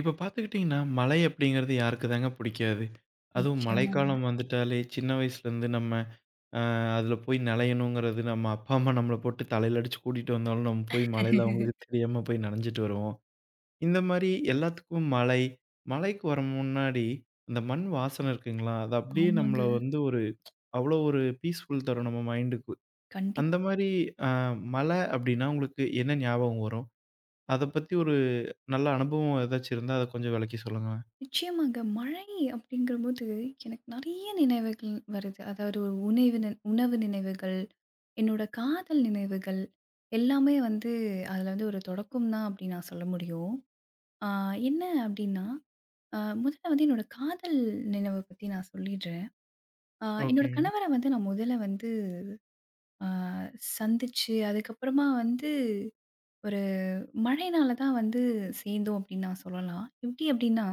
இப்ப பார்த்துக்கிட்டிங்கன்னா, மலை அப்படிங்கிறது யாருக்கு தாங்க பிடிக்காது? அதுவும் நிச்சயமாங்க. மழைக்காலம் வந்துட்டாலே, சின்ன வயசுலேருந்து நம்ம அ அதில போய் நனையணுங்கிறது நம்ம அப்பா, அம்மா நம்மள போட்டு தலையில அடிச்சு கூட்டிட்டு வந்தாலும், நம்ம போய் மழையில அவங்களுக்கு தெரியாம போய் நனைஞ்சுட்டு வருவோம். இந்த மாரி எல்லாத்துக்கும் மலை, மலைக்கு வர முன்னாடி அந்த மண் வாசனை இருக்குங்களா? அது அப்படியே நம்மள ஆமாங்க. வந்து ஒரு அவ்வளோ ஒரு பீஸ்ஃபுல் தரும் நம்ம மைண்டுக்கு. அந்த கண்டிப்பா. மாரி அ மலை அப்படின்னா உங்களுக்கு என்ன ஞாபகம் வரும்? அத பத்தி ஒரு நல்ல அனுபவம் ஏதாச்சும் இருந்தா, அத கொஞ்சம் விளக்கி சொல்லுங்களேன். நிச்சயமாங்க. மழை அப்படிங்கிறபோது எனக்கு நெறைய நினைவுகள் வருது. அதாவது ஒரு உணவு நினைவுகள், என்னோட காதல் நினைவுகள் எல்லாமே வந்து அதில வந்து ஒரு தொடக்கம் தான் அப்படின்னு நான் சொல்ல முடியும். ஆ என்ன அப்படின்னா, முதல்ல வந்து என்னோட காதல் நினைவ பத்தி நான் சொல்லிடுறேன். ஓகே. என்னோட கணவர வந்து நான் முதல்ல வந்து அ சந்திச்சு, அதுக்கப்புறமா வந்து ஒரு மழைனால தான் வந்து சேர்ந்தோம் அப்படின்னு நான் சொல்லலாம். எப்படி அப்படின்னா,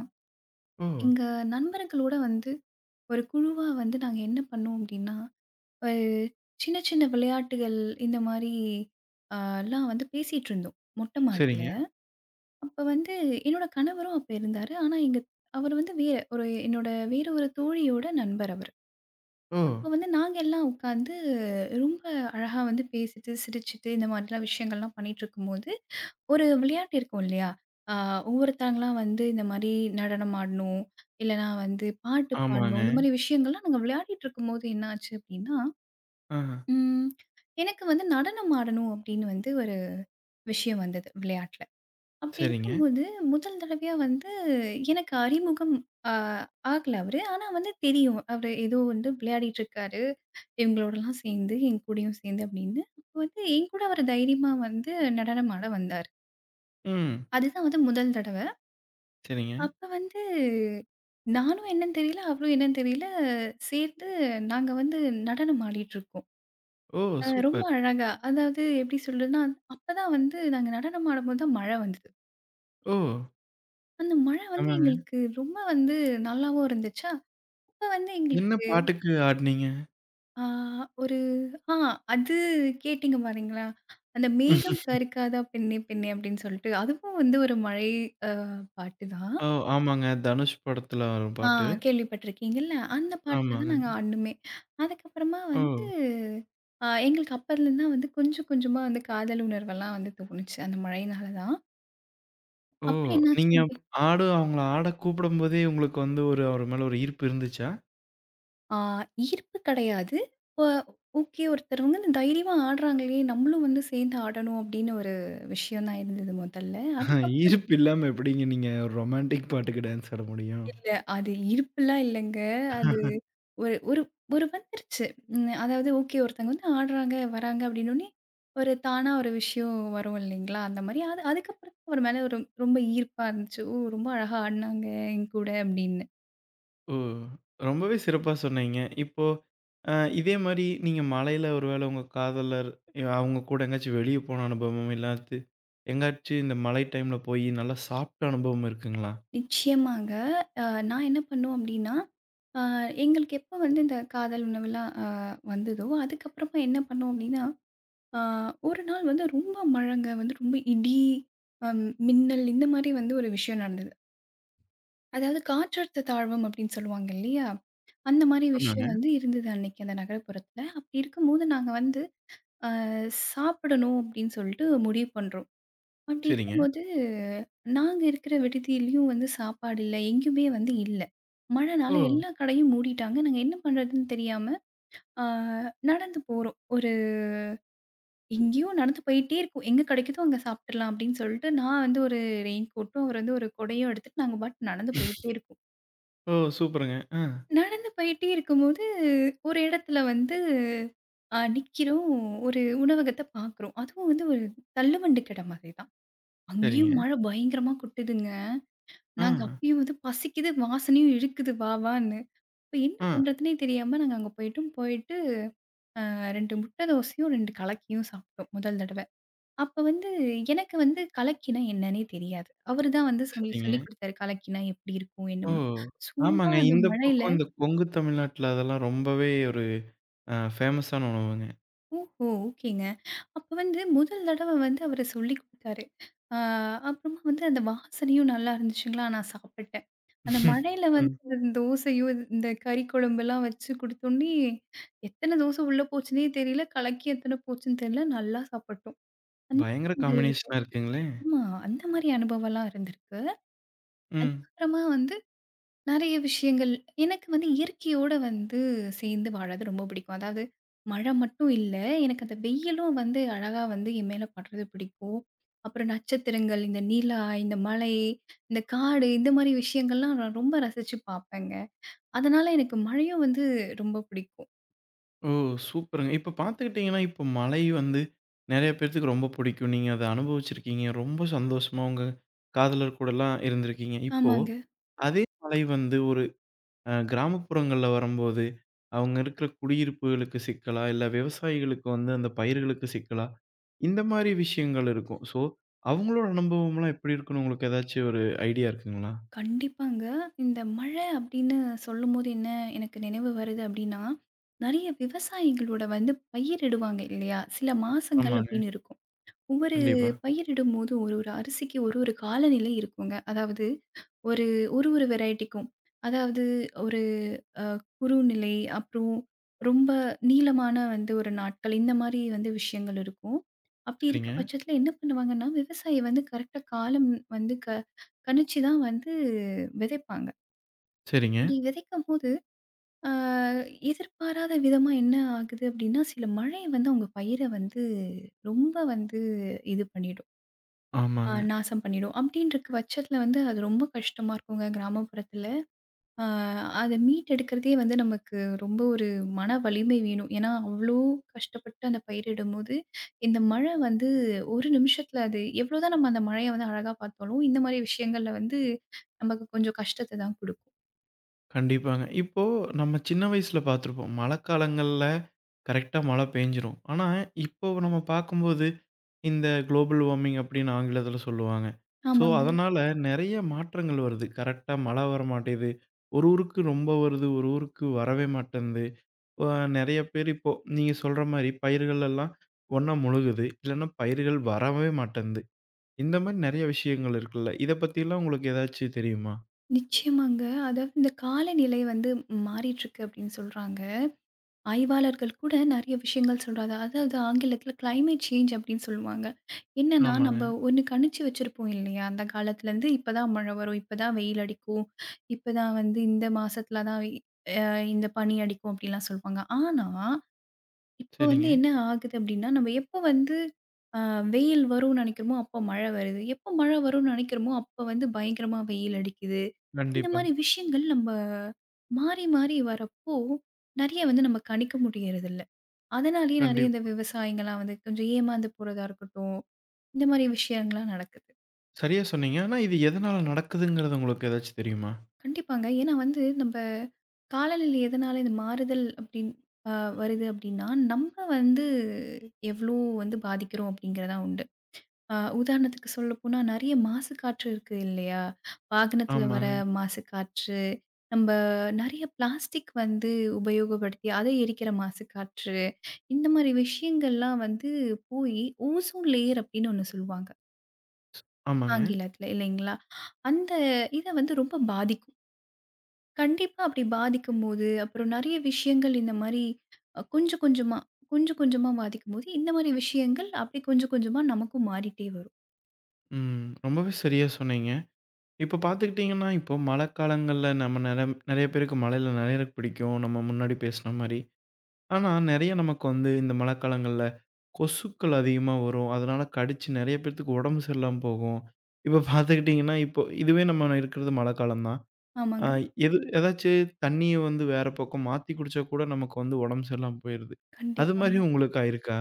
ஓ! எங்க நண்பர்களோட வந்து ஒரு குழுவா வந்து நாங்க என்ன பண்ணோம் அப்படின்னா, ஒரு சின்ன சின்ன விளையாட்டுகள் இந்த மாரி அ லாம் வந்து பேசிட்டு இருந்தோம். மொட்டை மாடியில. சரிங்க. அப்ப வந்து என்னோட கணவரும் அப்ப இருந்தாரு. ஆனா எங்க அவரு வந்து வேற ஒரு என்னோட வேற ஒரு தோழியோட நண்பர் அவரு. ஓ! அப்ப வந்து நாங்க எல்லாம் உட்காந்து ரொம்ப அழகா வந்து பேசிட்டு, சிரிச்சுட்டு இந்த மாதிரிலாம் விஷயங்கள்லாம் பண்ணிட்டுருக்கும்போது, ஒரு விளையாட்டு இருக்கும் இல்லையா? ஆ ஒவ்வொருத்தவங்களா வந்து இந்த மாரி நடனம் ஆடணும், இல்லன்னா வந்து பாட்டு ஆமாங்க. பாடணும், இந்த மாரி விஷயங்கள்லாம் நாங்க விளையாடிட்டுருக்கும்போது என்னாச்சு அப்டின்னா, ஆ. ம் எனக்கு வந்து நடனம் ஆடணும் அப்படின்னு வந்து ஒரு விஷயம் வந்தது விளையாட்டுல. அப்படி சரிங்க. இருக்கும்போது முதல் தடவையா வந்து எனக்கு அறிமுகம் ஆ ஆகல அவரு. ஆனா வந்து தெரியும். அவரு ஏதோ வந்து விளையாடிட்டுருக்காரு. இவங்களோடலாம் சேர்ந்து, என் கூடயும் சேர்ந்து அப்படின்னு, அப்ப வந்து என் கூட அவரு தைரியமா வந்து நடனம் ஆட வந்தாரு. ம். அதுதான் வந்து முதல் தடவ. சரிங்க. அப்ப வந்து நானும் என்னன்னு தெரியல, அவரும் என்னன்னு தெரியல, சேர்ந்து நாங்க வந்து நடனம் ஆடிட்டுருக்கோம். ஓ! ரொம்ப சூப்பர். அழகா. அதாவது எப்படி சொல்றதுன்னா, அப்பதான் வந்து நாங்க நடனம் ஆடும்போது தான் மழை வந்தது. ஓ! அந்த மழை வந்து ஆமாங்க. எங்களுக்கு ரொம்ப வந்து நல்லாவும் இருந்துச்சா, அப்ப வந்து என்ன எங்களுக்கு பாட்டுக்கு ஆடுனீங்க? ஆ ஒரு ஆ அது கேட்டீங்க பாருங்களா? அந்த "மேகம் கருக்காதா பெண்ணே பெண்ணே" அப்படின்னு சொல்லிட்டு, அதுவும் வந்து ஒரு மழை அ பாட்டு தான். ஓ! ஆமாங்க. தனுஷ் படத்துல வரும் ஆ பாட்டு. கேள்விப்பட்டிருக்கீங்கல்ல? அந்த பாட்டுல தான் ஆமாங்க. நாங்க ஆடுனோமே. அதுக்கப்புறமா ஓ! வந்து எங்களுக்கு அப்போலேருந்து தான் வந்து கொஞ்சம் கொஞ்சமா வந்து காதல் உணர்வெல்லாம் வந்து தோணுச்சு. அந்த மழையினால தான். ஓ! அப்புறம் என்னாச்சு நீங்க அப்படி ஆட அவங்கள ஆட கூப்பிடும்போதே உங்களுக்கு வந்து ஒரு அவர் மேல ஒரு ஈர்ப்பு இருந்துச்சா? ஆ ஈர்ப்பு கிடையாது. ஒ ஓகே ஒருத்தவங்க வந்து தைரியமா ஆடுறாங்களே! நம்மளும் வந்து சேர்ந்து ஆடணும் அப்படின்னு ஒரு விஷயம் தான் இருந்தது முதல்ல. அதுக்கப்புறம் ஈர்ப்பு இல்லாம எப்படிங்க நீங்க ஒரு ரொமான்டிக் பாட்டுக்கு டான்ஸ் ஆட முடியும்? இல்ல. அது இருப்புலாம் இல்லங்க. அது ஒரு ஒரு ஒரு வந்துருச்சு. அதாவது ஓகே ஒருத்தங்க வந்து ஆடுறாங்க, வராங்க அப்படின்னோனே, ஒரு தானா ஒரு விஷயம் வரும் இல்லைங்களா? அந்த மாரி. அது அதுக்கப்புறம் தான் அவர் மேல ஒரு ரொம்ப ஈர்ப்பா இருந்துச்சு. ஓ! ரொம்ப அழகா ஆடுனாங்க என் கூட அப்படின்னு. ஓ! ரொம்பவே சிறப்பா சொன்னீங்க. இப்போ அ இதே மாரி நீங்க மலையில ஒரு வேளை உங்க காதலர் அவங்க கூட எங்கேயாச்சும் வெளிய போன அனுபவம், இல்லாட்டி எங்காச்சும் இந்த மழை டைம்ல போயி நல்லா சாப்பிட்ட அனுபவம் இருக்குங்களா? நிச்சயமாங்க. அ நான் என்ன பண்ணுவேன் அப்படின்னா, அ எங்களுக்கு எப்போ வந்து இந்த காதல் உணவுலாம் வந்ததோ, அதுக்கப்புறமா என்ன பண்ணோம் அப்படின்னா, அ ஒரு நாள் வந்து ரொம்ப மழைங்க வந்து ரொம்ப இடி, மின்னல் இந்த மாரி வந்து ஒரு விஷயம் நடந்தது. அதாவது காற்றழுத்த தாழ்வும் அப்படின்னு சொல்லுவாங்க இல்லையா? அந்த மாரி ஆமாங்க. விஷயம் வந்து இருந்தது அன்னைக்கு அந்த நகரப்புறத்துல. அப்படி இருக்கும்போது நாங்க வந்து அ சாப்பிடணும் அப்படின்னு சொல்லிட்டு முடிவு பண்றோம். அப்படி சரிங்க. இருக்கும்போது நாங்க இருக்கிற விடுதியிலயும் வந்து சாப்பாடு இல்ல. எங்கேயுமே வந்து இல்ல. ஓ! மழைனால எல்லா கடையும் மூடிட்டாங்க. நாங்க என்ன பண்றதுன்னு தெரியாம அ நடந்து போறோம். ஒரு எங்கேயோ நடந்து போயிட்டே இருக்கோம். எங்க கிடைக்குதோ அங்க சாப்பிட்டுறலாம் அப்படின்னு சொல்லிட்டு நான் வந்து ஒரு ரெயின் கோட்டும், அவர் வந்து ஒரு கொடையும் எடுத்துட்டு நாங்க பாட்டுக்கு நடந்து போயிட்டே இருக்கோம். ஓ! சூப்பருங்க. ஆ, நடந்து போயிட்டே இருக்கும்போது, ஒரு இடத்துல வந்து நிக்கிறோம். ஒரு உணவகத்த பார்க்குறோம். அதுவும் வந்து ஒரு தள்ளுவண்டி கடை மாதிரி தான். அங்கேயும் சரிங்க. மழை பயங்கரமா கொட்டுதுங்க. ஆ, நாங்க அப்பயும் வந்து பசிக்குது, வாசனையும் இழுக்குது வா வான்னு. இப்ப என்ன ஆ, பண்றதுன்னே தெரியாம நாங்க அங்க போயிட்டோம். போயிட்டு 2 முட்டை தோசையும், 2 கலக்கியும் சாப்பிட்டோம் முதல் தடவ. அப்ப வந்து எனக்கு வந்து கலக்கினா என்னன்னே தெரியாது. அவரு தான் வந்து சொல்லி சரிங்க. சொல்லிக் குடுத்தாரு. கலக்கினா எப்படி இருக்கும்? என்ன ஓ! பண்ணும்? சூடா ஆமாங்க. அந்த இந்த மழையில பக்கம் இந்த கொங்கு தமிழ்நாட்டுல அதெல்லாம் ரொம்பவே ஒரு ஃபேமஸான உணவுங்க. ஓஹோ! ஓகேங்க. அப்ப வந்து முதல் தடவை வந்து அவரு சொல்லிக் குடுத்தாரு. ஆ அப்புறமா வந்து அந்த வாசனையும் நல்லா இருந்துச்சுங்களா, நான் சாப்பிட்டேன். அந்த மழையில வந்து ம். இந்த தோசையும், இந்த கறி குழம்பெல்லாம் வச்சு குடுத்தோனே, எத்தன தோசை உள்ள போச்சுன்னே தெரியல. கலக்கி எத்தன போச்சுன்னு தெரியல. நல்லா சாப்பிட்டோம். அந்த பயங்கர மாதிரி- காம்பினேஷனா இருக்குங்களே! ஆமா. அந்த மாரி அனுபவம்லாம் இருந்திருக்கு. ம். அப்புறமா வந்து நெறைய விஷயங்கள். எனக்கு வந்து இயற்கையோட வந்து சேர்ந்து வாழறது ரொம்ப பிடிக்கும். அதாவது மழை மட்டும் இல்ல, எனக்கு அந்த வெயிலும் வந்து அழகா வந்து என் மேல படுறது பிடிக்கும். அப்புறம் நட்சத்திரங்கள், இந்த நிலா, இந்த மலை, இந்த காடு இந்த மாரி விஷயங்கள்லாம் நான் ரொம்ப ரசிச்சு பார்ப்பேங்க. அதனால எனக்கு மழையும் வந்து ரொம்ப பிடிக்கும். ஓ! சூப்பருங்க. இப்ப பார்த்துக்கிட்டீங்கன்னா, இப்ப மலை வந்து நெறைய பேத்துக்கு ரொம்ப பிடிக்கும். நீங்க அத அனுபவிச்சிருக்கீங்க. ரொம்ப சந்தோஷமா உங்க காதலர் கூடலாம் இருந்திருக்கீங்க. இப்போ ஆமாங்க. அதே மலை வந்து ஒரு கிராமப்புறங்கள்ல வரும்போது, அவங்க இருக்கிற குடியிருப்புகளுக்கு சிக்கலா, இல்ல விவசாயிகளுக்கு வந்து அந்த பயிர்களுக்கு சிக்கலா, இந்த மாரி விஷயங்கள் இருக்கும். ஸோ, அவங்களோட அனுபவம்லாம் எப்படி இருக்குன்னு உங்களுக்கு ஏதாச்சும் ஒரு ஐடியா இருக்குங்களா? கண்டிப்பாங்க. இந்த மழை அப்படின்னு சொல்லும்போது என்ன எனக்கு நினைவு வருது அப்படின்னா, நெறைய விவசாயிகளோட வந்து பயிரிடுவாங்க இல்லையா? சில மாசங்கள் ஆமாங்க. அப்படின்னு இருக்கும். ஒவ்வொரு கண்டிப்பா. பயிரிடும்போதும் ஒரு ஒரு அரிசிக்கு ஒரு ஒரு காலநிலை இருக்குங்க. அதாவது ஒரு ஒரு ஒரு வெரைட்டிக்கும். அதாவது ஒரு அ குறுநிலை, அப்புறம் ரொம்ப நீளமான வந்து ஒரு நாட்கள் இந்த மாரி வந்து விஷயங்கள் இருக்கும். அப்படி இருக்க சரிங்க. பட்சத்தில என்ன பண்ணுவாங்கன்னா, விவசாயி வந்து கரெக்ட்டா காலம் வந்து கணிச்சு தான் வந்து விதைப்பாங்க. சரிங்க. அப்படி விதைக்கும்போது, ஆ எதிர்பாராத விதமா என்ன ஆகுது அப்படின்னா, சில மழை வந்து அவங்க பயிர வந்து ரொம்ப வந்து இது பண்ணிடும். ஆமாங்க. நாசம் பண்ணிடும். அப்படின்றக்கு பட்சத்தில வந்து அது ரொம்ப கஷ்டமா இருக்குங்க கிராமப்புறத்தில. ஆ அத மீட்டெடுக்கிறதே வந்து நமக்கு ரொம்ப ஒரு மன வலிமை வேணும். ஏன்னா, அவ்ளோ கஷ்டப்பட்டு அந்த பயிரிடும்போது, இந்த மழை வந்து ஒரு நிமிஷத்தில அது எவ்வளோதான் நம்ம அந்த மழைய வந்து அழகா பார்த்தாலும், இந்த மாரி விஷயங்கள்ல வந்து நமக்கு கொஞ்சம் கஷ்டத்த தான் குடுக்கும். கண்டிப்பாங்க. இப்போ நம்ம சின்ன வயசுல பார்த்துருப்போம். மழைக்காலங்கள்ல கரெக்ட்டா மழை பெஞ்சிரும். ஆனா, இப்போ நம்ம பார்க்கும்போது இந்த குளோபல் வார்மிங் அப்படின்னு ஆங்கிலத்தில சொல்லுவாங்க. ஸோ, ஆமாங்க. அதனால நெறைய மாற்றங்கள் வருது. கரெக்ட்டா மழை வரமாட்டேது. ஒரு ஊருக்கு ரொம்ப வருது, ஒரு ஊருக்கு வரவே மாட்டேன்து. அ நெறைய பேர் இப்போ நீங்க சொல்ற மாரி பயிர்கள் எல்லாம் ஒண்ணா முழுகுது. இல்லன்னா பயிர்கள் வரவே மாட்டேன்து. இந்த மாரி நெறைய விஷயங்கள் இருக்குல்ல. இத பத்திலாம் உங்களுக்கு ஏதாச்சும் தெரியுமா? நிச்சயமாங்க. அதாவது இந்த காலநிலை வந்து மாறிட்டுருக்கு அப்படின்னு சொல்றாங்க. ஆய்வாளர்கள் கூட நெறைய விஷயங்கள் சொல்றாங்க. அதாவது ஆங்கிலத்தில கிளைமேட் சேஞ்ச் அப்டின்னு சொல்லுவாங்க. என்னன்னா, ஆமாங்க. நம்ம ஒண்ணு கணிச்சு வச்சிருப்போம் இல்லையா? அந்த காலத்துலருந்து இப்பதான் மழை வரும், இப்பதான் வெயில் அடிக்கும், இப்பதான் வந்து இந்த மாசத்துல தான் இந்த பனி அடிக்கும் அப்டிலாம் சொல்லுவாங்க. ஆனா, இப்போ வந்து சரிங்க. என்ன ஆகுது அப்டின்னா, நம்ம எப்போ வந்து அ வெயில் வரும்னு நெனைக்கிறோமோ, அப்போ மழை வருது. எப்போ மழை வரும்னு நெனைக்கிறோமோ, அப்போ வந்து பயங்கரமா வெயில் அடிக்குது. இந்த கண்டிப்பா. மாரி விஷயங்கள் நம்ம மாறி மாறி வரப்போ, நெறைய வந்து நம்ம கணிக்க முடியறதில்ல. அதனாலேயே நெறைய இந்த கண்டிப்பா. விவசாயிங்கலாம் வந்து கொஞ்சம் ஏமாந்து போறதா இருக்கட்டும். இந்த மாரி விஷயங்கள்லாம் நடக்குது. சரியா சொன்னீங்க. ஆனா இது எதனால நடக்குதுங்கிறது உங்களுக்கு ஏதாச்சும் தெரியுமா? கண்டிப்பாங்க. ஏன்னா வந்து நம்ப காலநிலை எதனால இந்த மாறுதல் அப்டின் அ வருது அப்டின்னா, நம்ம வந்து எவ்ளோ வந்து பாதிக்கிறோம் அப்டிங்கிறது தான் உண்டு. அ உதாரணத்துக்கு சொல்லப்போனா நெறைய மாசு காற்று இருக்கு இல்லையா? வாகனத்துல வர ஆமாங்க. மாசு காற்று, நம்ப நெறைய பிளாஸ்டிக் வந்து உபயோகப்படுத்தி அதை எரிக்கிற மாசு காற்று. இந்த மாரி விஷயங்கள்லாம் வந்து போயி, ஓசோன் லேயர் அப்படின்னு ஒண்ணு சொல்லுவாங்க. ஆமாங்க. ஆங்கிலத்தில இல்லைங்களா? அந்த இத வந்து ரொம்ப பாதிக்கும். கண்டிப்பா அப்படி பாதிக்கும்போது, அப்புறம் நெறைய விஷயங்கள் இந்த மாரி கொஞ்சம் கொஞ்சமா, கொஞ்சம் கொஞ்சமா பாதிக்கும்போது, இந்த மாரி விஷயங்கள் அப்படி கொஞ்சம் கொஞ்சமா நமக்கும் மாறிட்டே வரும். ம். ரொம்பவே சரியா சொன்னீங்க. இப்ப பார்த்துக்கிட்டீங்கன்னா, இப்போ மழைக்காலங்கள்ல நம்ம நெறம் நெறைய பேருக்கு மழையில நனையறக்கு பிடிக்கும். நம்ம முன்னாடி பேசின மாரி. ஆனா நெறைய நமக்கு வந்து இந்த மழைக்காலங்கள்ல கொசுக்கள் அதிகமா வரும். அதனால கடிச்சு நெறைய பேத்துக்கு உடம்பு சரியில்லாம போகும். இப்ப பார்த்துக்கிட்டீங்கன்னா, இப்போ இதுவே நம்ம இருக்கிறது மழைக்காலம் தான். ஆ ஆமாங்க. எது ஏதாச்சு தண்ணீய வந்து வேற பக்கம் மாத்தி குடிச்சா கூட நமக்கு வந்து உடம்பு சரியில்லாம போயிருது. அது கண்டிப்பாங்க. மாரி உங்களுக்கு ஆயிருக்கா?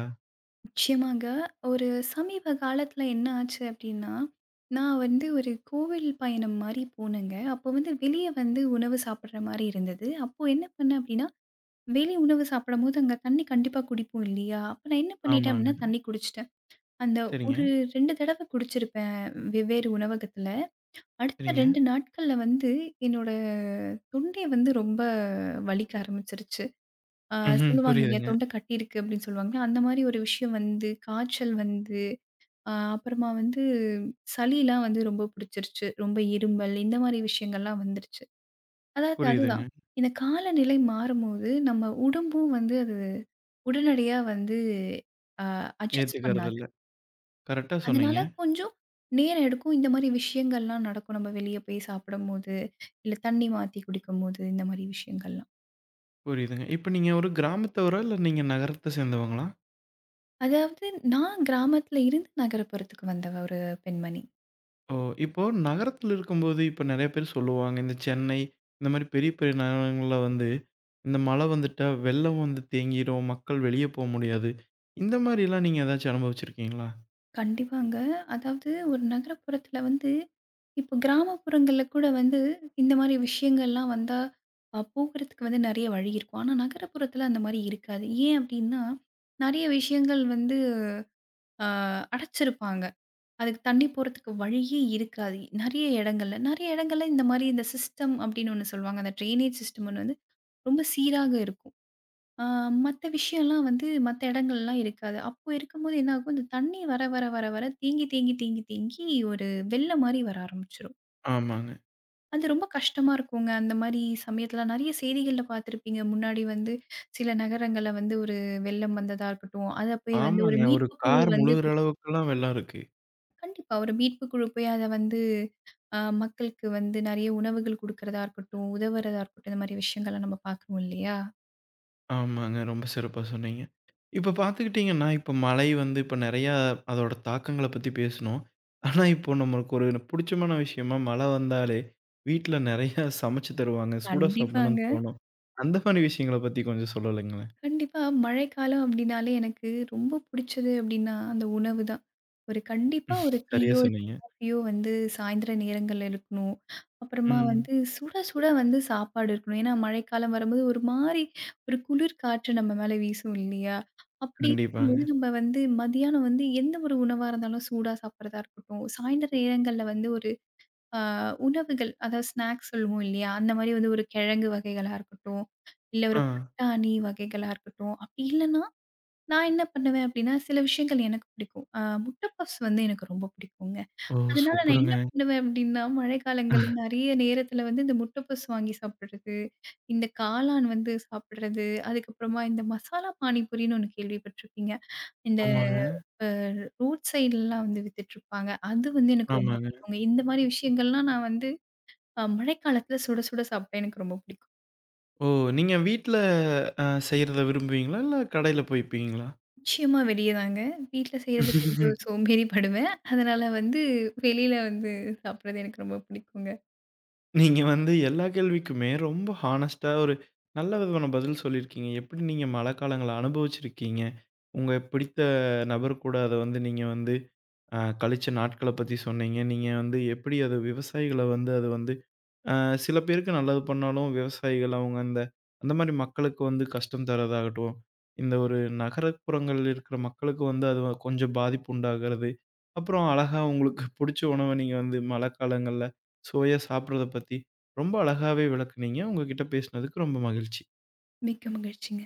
நிச்சயமாங்க. ஒரு சமீப காலத்தில என்ன ஆச்சு அப்படின்னா, நான் வந்து ஒரு கோவில் பயணம் மாரி போனேங்க. அப்போ வந்து வெளிய வந்து உணவு சாப்பிடுற மாரி இருந்தது. அப்போ என்ன பண்ணேன் அப்படின்னா, வெளி உணவு சாப்பிடும்போது அங்க தண்ணி கண்டிப்பா குடிப்போம் இல்லையா? அப்ப நான் என்ன பண்ணிட்டேன் ஆமாங்க. அப்படின்னா, தண்ணி குடிச்சுட்டேன். அந்த சரிங்க, ஒரு 2 தடவ குடிச்சிருப்பேன் வெவ்வேறு உணவகத்துல. அடுத்த சரிங்க. 2 நாட்கள்ல வந்து என்னோட தொண்டை வந்து ரொம்ப வலிக்க ஆரம்பிச்சுருச்சு. அ ம்ஹ்ம். சொல்லுவாங்க இல்லையா, புரியுதுங்க, தொண்டை கட்டியிருக்கு அப்படின்னு சொல்லுவாங்க. அந்த மாதிரி ஒரு விஷயம் வந்து, காய்ச்சல் வந்து, அப்புறமா வந்து சளிலாம் வந்து ரொம்ப புடிச்சிருச்சு. ரொம்ப இருமல் இந்த மாதிரி விஷயங்கள்லாம் வந்துருச்சு. அதாவது புரியுதுங்க. அதுதான். இந்த காலநிலை மாறும்போது, நம்ம உடம்பும் வந்து அது உடனடியா வந்து அ அட்ஜஸ்ட் ஏத்துக்கறது பண்ணாது. இல்ல. கரெக்ட்டா அதனால சொன்னீங்க. கொஞ்சம் நேரம் எடுக்கும். இந்த மாரி விஷயங்கள்லாம் நடக்கும். நம்ம வெளிய போய் சாப்பிடும்போது, இல்ல தண்ணி மாத்தி குடிக்கும்போது, இந்த மாரி விஷயங்கள்லாம். புரியுதுங்க. இப்ப நீங்க ஒரு கிராமத்தவரா? இல்ல நீங்க நகரத்த சேர்ந்தவங்களா? அதாவது நான் கிராமத்துல இருந்து நகரப்புறத்துக்கு வந்த ஒரு பெண்மணி. ஓ! இப்போ நகரத்துல இருக்கும்போது இப்ப நெறைய பேர் சொல்லுவாங்க. இந்த சென்னை இந்த மாரி பெரிய, பெரிய நகரங்கள்ல வந்து இந்த மழை வந்துட்டா வெள்ளம் வந்து தேங்கிரும். மக்கள் வெளிய போ முடியாது. இந்த மாரிலாம் நீங்க ஏதாச்சும் அனுபவிச்சிருக்கீங்களா? கண்டிப்பாங்க. அதாவது ஒரு நகரப்புறத்துல வந்து இப்போ கிராமப்புறங்கள்ல கூட வந்து இந்த மாரி விஷயங்கள்லாம் வந்தா போகுறதுக்கு வந்து நெறைய வழி இருக்கும். ஆனா நகரப்புறத்துல அந்த மாரி இருக்காது. ஏன் அப்டின்னா, நெறைய விஷயங்கள் வந்து அ அடைச்சிருப்பாங்க. அதுக்கு தண்ணி போறதுக்கு வழியே இருக்காது. நெறைய இடங்கள்ல. நெறைய இடங்கள்ல இந்த மாரி இந்த சிஸ்டம் அப்டின்னு ஒண்ணு சொல்லுவாங்க. அந்த ட்ரெயினேஜ் சிஸ்டம் ஒண்ணு வந்து ரொம்ப சீராக இருக்கும். ஆ மத்த விஷயம்லாம் வந்து மத்த இடங்கள்லாம் இருக்காது. அப்போ இருக்கும்போது என்ன ஆகும், இந்த தண்ணி வர வர வர வர தேங்கி தேங்கி தேங்கி தேங்கி ஒரு வெள்ளம் மாரி வர ஆரம்பிச்சுரும். ஆமாங்க. அது ரொம்ப கஷ்டமா இருக்குங்க. அந்த மாரி சமயத்துல நெறைய செய்திகள்ல பார்த்துருப்பீங்க. முன்னாடி வந்து சில நகரங்கள்ல வந்து ஒரு வெள்ளம் வந்ததா இருக்கட்டும், அத போய் வந்து ஒரு ஆமாங்க. ஒரு மீட்பு குழு கார் வந்து முழுகுற அளவுக்குலாம் வெள்ளம் இருக்கு. கண்டிப்பா ஒரு மீட்பு குழு போய் அத வந்து மக்களுக்கு வந்து நெறைய உணவுகள் குடுக்கிறதா இருக்கட்டும், உதவுறதா இருக்கட்டும், இந்த மாரி விஷயங்கள்லாம் நம்ம பார்க்குறோம் இல்லையா? ஆமாங்க. ரொம்ப சிறப்பா சொன்னீங்க. இப்ப பார்த்துக்கிட்டீங்கன்னா, இப்ப மழை வந்து இப்ப நெறையா அதோட தாக்கங்கள பத்தி பேசுனோம். ஆனா, இப்போ நம்மளுக்கு ஒரு புடிச்சமான விஷயமா மழை வந்தாலே, வீட்ல நெறையா சமைச்சு தருவாங்க. சூடா சாப்பிடணும்னு கண்டிப்பாங்க. தோணும். அந்த மாரி விஷயங்கள பத்தி கொஞ்சம் சொல்லலாங்களேன்? கண்டிப்பா. மழைக்காலம் அப்டின்னாலே எனக்கு ரொம்ப புடிச்சது அப்டின்னா, அந்த உணவு தான். ஒரு கண்டிப்பா ஒரு சரியா டீயோ, இல்ல சொன்னீங்க. காஃபியோ வந்து சாயந்திர நேரங்கள்ல இருக்கணும். அப்புறமா ம். வந்து சுட சுட வந்து சாப்பாடு இருக்கணும். ஏன்னா மழைக்காலம் வரும்போது ஒரு மாரி ஒரு குளிர் காற்று நம்ம மேல வீசும் இல்லையா? அப்டி கண்டிப்பாங்க. இருக்கும்போது நம்ம வந்து மதியானம் வந்து எந்த ஒரு உணவா இருந்தாலும் சூடா சாப்பிடுறதா இருக்கட்டும், சாயந்தர நேரங்கள்ல வந்து ஒரு ஆ உணவுகள், அதாவது ஸ்நாக்ஸ் சொல்லுவோம் இல்லையா? அந்த மாரி வந்து ஒரு கிழங்கு வகைகளா இருக்கட்டும், இல்ல ஒரு ஆ. பட்டாணி வகைகளா இருக்கட்டும், அப்படி இல்லன்னா, நான் என்ன பண்ணுவேன் அப்படின்னா, சில விஷயங்கள் எனக்கு பிடிக்கும். முட்டை பப்ஸ் வந்து எனக்கு ரொம்ப பிடிக்குங்க. ஓ! அதனால நான் சூப்பருங்க. என்ன பண்ணுவேன் அப்படின்னா, மழைக்காலங்கள்ல நெறைய நேரத்துல வந்து இந்த முட்டை பப்ஸ் வாங்கி சாப்பிடுறது, இந்த காளான் வந்து சாப்பிடுறது, அதுக்கப்புறமா இந்த மசாலா பானிபூரின்னு ஒண்ணு கேள்விப்பட்டிருப்பீங்க. இந்த ஆமாங்க, அ ரோட் சைடுலலாம் வந்து வித்துட்டுருப்பாங்க. அது வந்து எனக்கு ரொம்ப ஆமாங்க. பிடிக்குங்க. இந்த மாரி விஷயங்கள்லாம் நான் வந்து மழைக்காலத்தில சுட சுட சாப்பிட்டா எனக்கு ரொம்ப பிடிக்கும். ஓ! நீங்க வீட்ல செய்றத விரும்புவீங்களா? இல்ல கடையில போய்ப்பீங்களா? நிச்சயமா வெளிய தாங்க. வீட்ல செய்றது கொஞ்சம் சோம்பேறி படுவேன். அதனால வந்து வெளியில வந்து சாப்பிடுறது எனக்கு ரொம்ப பிடிக்குங்க. நீங்க வந்து எல்லா கேள்விக்குமே ரொம்ப ஹானஸ்ட்டா ஒரு நல்ல விதமான பதில் சொல்லியிருக்கீங்க. எப்படி நீங்க மழைக்காலங்கள அனுபவிச்சிருக்கீங்க? உங்க பிடித்த நபர் கூட அத வந்து நீங்க வந்து கழிச்ச நாட்கள பத்தி சொன்னீங்க. நீங்க வந்து எப்படி அது விவசாயிகள வந்து அது வந்து அ சில பேருக்கு நல்லது பண்ணாலும், விவசாயிகள் அவங்க அந்த அந்த மாரி மக்களுக்கு வந்து கஷ்டம் தர்றதாகட்டும், இந்த ஒரு நகரப்புறங்கள்ல இருக்கிற மக்களுக்கு வந்து அது கொஞ்சம் பாதிப்பு உண்டாகிறது. அப்புறம் அழகா உங்களுக்கு புடிச்ச உணவ நீங்க வந்து மழைக்காலங்கள்ல சுவையா சாப்பிடுறத பத்தி ரொம்ப அழகாவே விளக்குனீங்க. உங்க கிட்ட பேசினதுக்கு ரொம்ப மகிழ்ச்சி. மிக்க மகிழ்ச்சிங்க.